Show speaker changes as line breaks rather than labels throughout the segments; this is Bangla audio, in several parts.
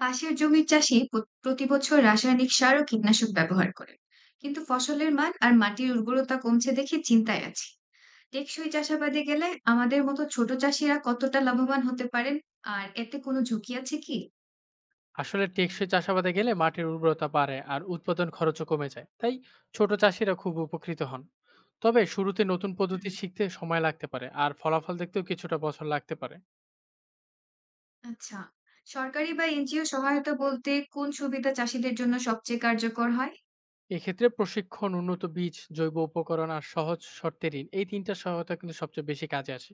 পাশের জমির চাষি প্রতিবছর রাসায়নিক সার ও কীটনাশক ব্যবহার করেন, কিন্তু ফসলের মান আর মাটির উর্বরতা কমছে দেখে চিন্তায় আছি। টেকসই চাষাবাদে গেলে আমাদের মতো ছোট চাষিরা কতটা লাভবান হতে পারেন? আর এতে কোনো ঝুঁকি আছে কি?
আসলে টেকসই চাষাবাদে গেলে মাটির উর্বরতা বাড়ে আর উৎপাদন খরচও কমে যায়, তাই ছোট চাষিরা খুব উপকৃত হন। তবে শুরুতে নতুন পদ্ধতি
হুম,
শিখতে সময় লাগতে পারে আর ফলাফল দেখতেও কিছুটা বছর লাগতে পারে।
আচ্ছা। সরকারি বা এনজিও সহায়তা বলতে কোন সুবিধা চাষীদের জন্য সবচেয়ে কার্যকর হয়?
এক্ষেত্রে প্রশিক্ষণ, উন্নত বীজ, জৈব উপকরণ আর সহজ শর্তে ঋণ, এই তিনটা সহায়তা কিন্তু সবচেয়ে বেশি কাজে আসে।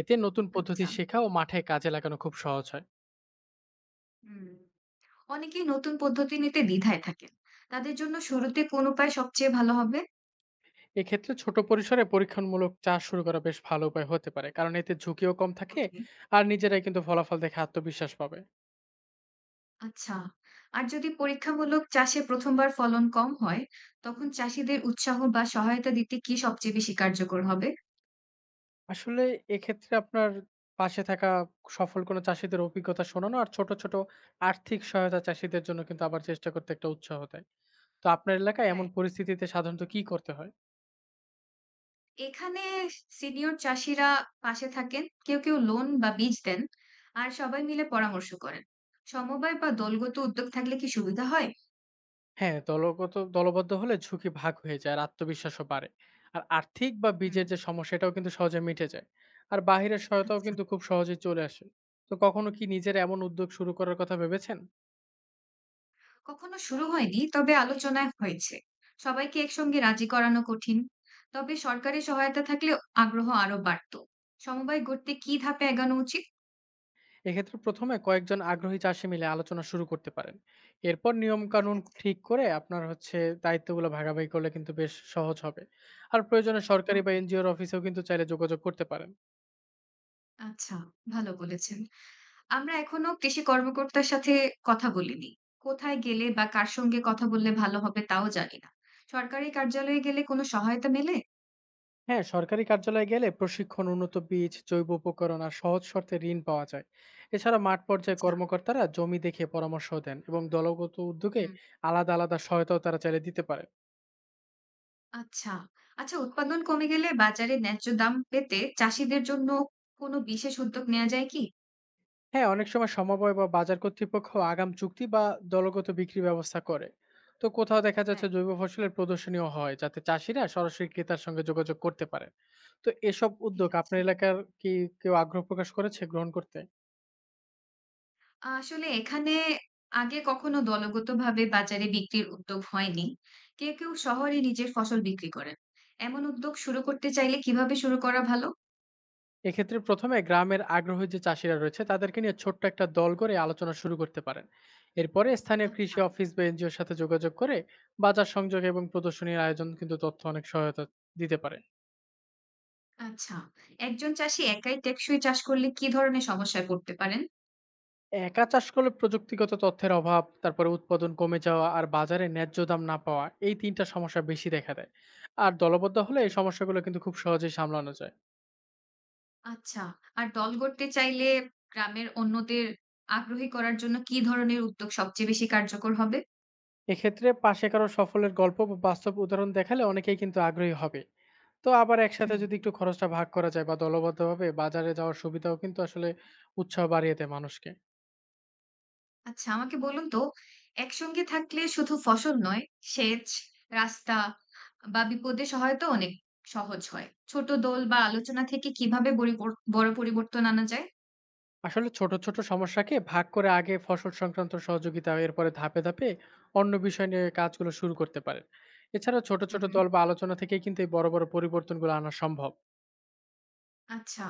এতে নতুন পদ্ধতি
আচ্ছা,
শেখা ও মাঠে কাজে লাগানো খুব সহজ হয়।
হুম। অনেকেই নতুন পদ্ধতি নিতে দ্বিধায় থাকেন, তাদের জন্য শুরুতে কোন উপায় সবচেয়ে ভালো হবে?
এক্ষেত্রে ছোট পরিসরে পরীক্ষণমূলক চাষ শুরু করা বেশ ভালো উপায় হতে পারে, কারণ এতে ঝুঁকিও কম থাকে।
ওকে।
আর নিজেরাই কিন্তু ফলাফল দেখে আত্মবিশ্বাস পাবে।
আচ্ছা। আর যদি পরীক্ষামূলক চাষে ১ম বার ফলন কম হয়, তখন চাষীদের উৎসাহ বা সহায়তা দিতে কি সবচেয়ে বেশি কার্যকর হবে?
আসলে এক্ষেত্রে আপনার পাশে থাকা সফল কোনো চাষীদের অভিজ্ঞতা শোনানো আর ছোট, ছোট আর্থিক সহায়তা চাষীদের জন্য কিন্তু আবার চেষ্টা করতে একটা উৎসাহ দেয়। তো আপনার এলাকায় এমন
রাইট।
পরিস্থিতিতে সাধারণত কি করতে হয়?
এখানে সিনিয়র চাষীরা পাশে থাকেন, কেউ, কেউ লোন বা বীজ দেন, আর সবাই মিলে পরামর্শ করেন। সমবায় বা দলগত উদ্যোগ থাকলে কি সুবিধা হয়?
হ্যাঁ, দলবদ্ধ হলে ঝুঁকি ভাগ হয়ে যায় আর আত্মবিশ্বাসও বাড়ে। আর আর্থিক বা
হুম।
বীজের যে সমস্যা, এটাও কিন্তু সহজে মিটে যায়। আর বাহিরের সহায়তাও
আচ্ছা।
কিন্তু খুব সহজেই চলে আসে। তো কখনো কি নিজের এমন উদ্যোগ শুরু করার কথা ভেবেছেন?
কখনো শুরু হয়নি, তবে আলোচনায় হয়েছে। সবাইকে একসঙ্গে রাজি করানো কঠিন। তবে সরকারি সহায়তা থাকলে আগ্রহ আরো বাড়তো। সমবায় গড়তে কি ধাপে এগোনো উচিত?
এক্ষেত্রে প্রথমে কয়েকজন আগ্রহী চাষি মিলে আলোচনা শুরু করতে পারেন। এরপর নিয়ম
ঠিক
কানুন
আছে।
ঠিক করে আপনার হচ্ছে দায়িত্বগুলো ভাগাভাগি করলে কিন্তু বেশ সহজ হবে। আর প্রয়োজনে সরকারি বা
ওকে।
এনজিওর অফিসেও কিন্তু চাইলে যোগাযোগ করতে পারেন।
আচ্ছা, ভালো বলেছেন। আমরা এখনো কৃষি কর্মকর্তার সাথে কথা বলিনি। কোথায় গেলে বা কার সঙ্গে কথা বললে ভালো হবে তাও জানি না। সরকারি কার্যালয়ে গেলে কোনো সহায়তা মেলে?
হ্যাঁ, সরকারি কার্যালয়ে গেলে প্রশিক্ষণ, উন্নত বীজ, জৈব উপকরণ আর সহজ শর্তে ঋণ পাওয়া যায়। এছাড়া মাঠ পর্যায়ে
আচ্ছা,
কর্মকর্তারা জমি দেখে পরামর্শ দেন এবং দলগত উদ্যোগে
হুম।
আলাদা আলাদা সহায়তাও তারা চাইলে দিতে পারেন।
আচ্ছা। আচ্ছা, উৎপাদন কমে গেলে বাজারে ন্যায্য দাম পেতে চাষীদের জন্য কোনো বিশেষ উদ্যোগ নেয়া যায় কি?
হ্যাঁ, অনেক সময় সমবায় বা বাজার কর্তৃপক্ষ আগাম চুক্তি বা দলগত বিক্রি ব্যবস্থা করে। তো কোথাও দেখা যাচ্ছে
রাইট,
জৈব ফসলের প্রদর্শনীও হয়, যাতে চাষিরা সরাসরি ক্রেতার সঙ্গে যোগাযোগ করতে পারেন। তো এসব
ঠিক
উদ্যোগ
আছে।
আপনার এলাকার কি কেউ আগ্রহ প্রকাশ করেছে গ্রহণ করতে?
আসলে এখানে আগে কখনো দলগতভাবে বাজারে বিক্রির উদ্যোগ হয়নি। কেউ, কেউ শহরে নিজের ফসল বিক্রি করেন। এমন উদ্যোগ শুরু করতে চাইলে কিভাবে শুরু করা ভালো?
এক্ষেত্রে ১ম এ গ্রামের আগ্রহী যে চাষিরা রয়েছে তাদেরকে নিয়ে ছোট্ট একটা দল করে আলোচনা শুরু করতে পারেন। এরপরে স্থানীয়
আচ্ছা,
কৃষি অফিস বা এনজিওর সাথে যোগাযোগ করে বাজার সংযোগ এবং প্রদর্শনীর আয়োজন কিন্তু তথ্য অনেক সহায়তা দিতে পারে।
আচ্ছা। একজন চাষী একাই টেকসই চাষ করলে কি ধরনের সমস্যায় পড়তে পারেন?
একা চাষ করলে প্রযুক্তিগত তথ্যের অভাব, তারপরে উৎপাদন কমে যাওয়া আর বাজারে ন্যায্য দাম না পাওয়া, এই তিনটা সমস্যা বেশি দেখা দেয়। আর দলবদ্ধ হলে এই
ওকে,
সমস্যাগুলো কিন্তু খুব সহজেই সামলানো যায়।
আচ্ছা। আর দল গড়তে চাইলে গ্রামের অন্যদের আগ্রহী করার জন্য কি ধরনের উদ্যোগ সবচেয়ে বেশি কার্যকর হবে?
এক্ষেত্রে পাশে কারো সফলের গল্প বা বাস্তব উদাহরণ দেখালে অনেকেই কিন্তু আগ্রহী হবে। তো আবার একসাথে
হুম।
যদি একটু খরচটা ভাগ করা যায় বা দলবদ্ধভাবে বাজারে যাওয়ার সুবিধাও কিন্তু আসলে উৎসাহ বাড়িয়ে দেয় মানুষকে।
আচ্ছা, আমাকে বলুন তো, একসঙ্গে থাকলে শুধু ফসল নয়, সেচ, রাস্তা বা বিপদে সহায়তা অনেক সহজ হয়। ছোট দল বা আলোচনা থেকে কিভাবে বরিবর বড় পরিবর্তন আনা যায়?
আসলে ছোট, ছোট সমস্যাকে ভাগ করে আগে ফসল সংক্রান্ত সহযোগিতা, এরপরে ধাপে, ধাপে অন্য বিষয় নিয়ে কাজগুলো শুরু করতে পারেন। এছাড়া ছোট,
হুম,
ছোট
হুম।
দল বা আলোচনা থেকেই কিন্তু এই বড়, বড় পরিবর্তনগুলো আনা সম্ভব।
আচ্ছা।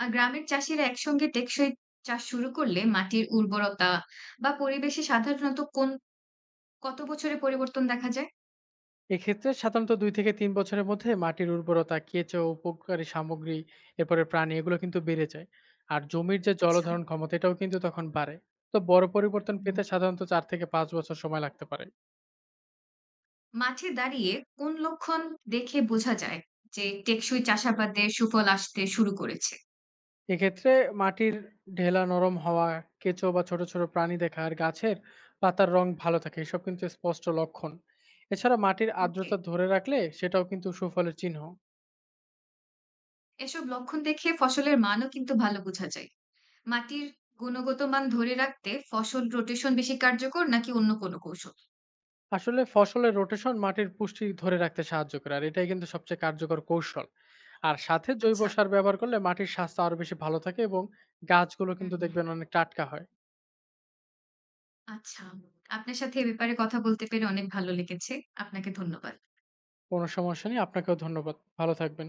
আর গ্রামের চাষিরা একসঙ্গে টেকসই চাষ শুরু করলে মাটির উর্বরতা বা পরিবেশে সাধারণত কত বছরে পরিবর্তন দেখা যায়?
এক্ষেত্রে সাধারণত ২-৩ বছরের মধ্যে মাটির উর্বরতা, কেঁচো, উপকারী সামগ্রী, এরপরে প্রাণী, এগুলো কিন্তু বেড়ে যায়। আর জমির যে
আচ্ছা।
জলধারণ ক্ষমতা, এটাও কিন্তু তখন বাড়ে। তো বড় পরিবর্তন
হুম।
পেতে সাধারণত ৪ থেকে ৫ বছর সময় লাগতে পারে।
মাঠে দাঁড়িয়ে কোন লক্ষণ দেখে বোঝা যায় যে টেকসই চাষাবাদের সুফল আসতে শুরু করেছে?
এক্ষেত্রে মাটির ঢেলা নরম হওয়া, কেঁচো বা ছোট, ছোট প্রাণী দেখা আর গাছের পাতার রং ভালো থাকে, এসব কিন্তু স্পষ্ট লক্ষণ। এছাড়া মাটির
ওকে।
আর্দ্রতা ধরে রাখলে সেটাও কিন্তু সুফলের চিহ্ন।
এসব লক্ষণ দেখে ফসলের মানও কিন্তু ভালো বোঝা যায়। মাটির গুণগত মান ধরে রাখতে ফসল রোটেশন বেশি কার্যকর নাকি অন্য কোনো কৌশল?
আসলে ফসলের রোটেশন মাটির পুষ্টি ধরে রাখতে সাহায্য করে আর এটাই কিন্তু সবচেয়ে কার্যকর কৌশল। আর সাথে জৈব
আচ্ছা।
সার ব্যবহার করলে মাটির স্বাস্থ্য আরো বেশি ভালো থাকে এবং গাছগুলো
হুম,
কিন্তু
হুম।
দেখবেন অনেক টাটকা হয়।
আচ্ছা। আপনার সাথে এ ব্যাপারে কথা বলতে পেরে অনেক ভালো লেগেছে। আপনাকে ধন্যবাদ।
কোনো সমস্যা নেই। আপনাকেও ধন্যবাদ। ভালো থাকবেন।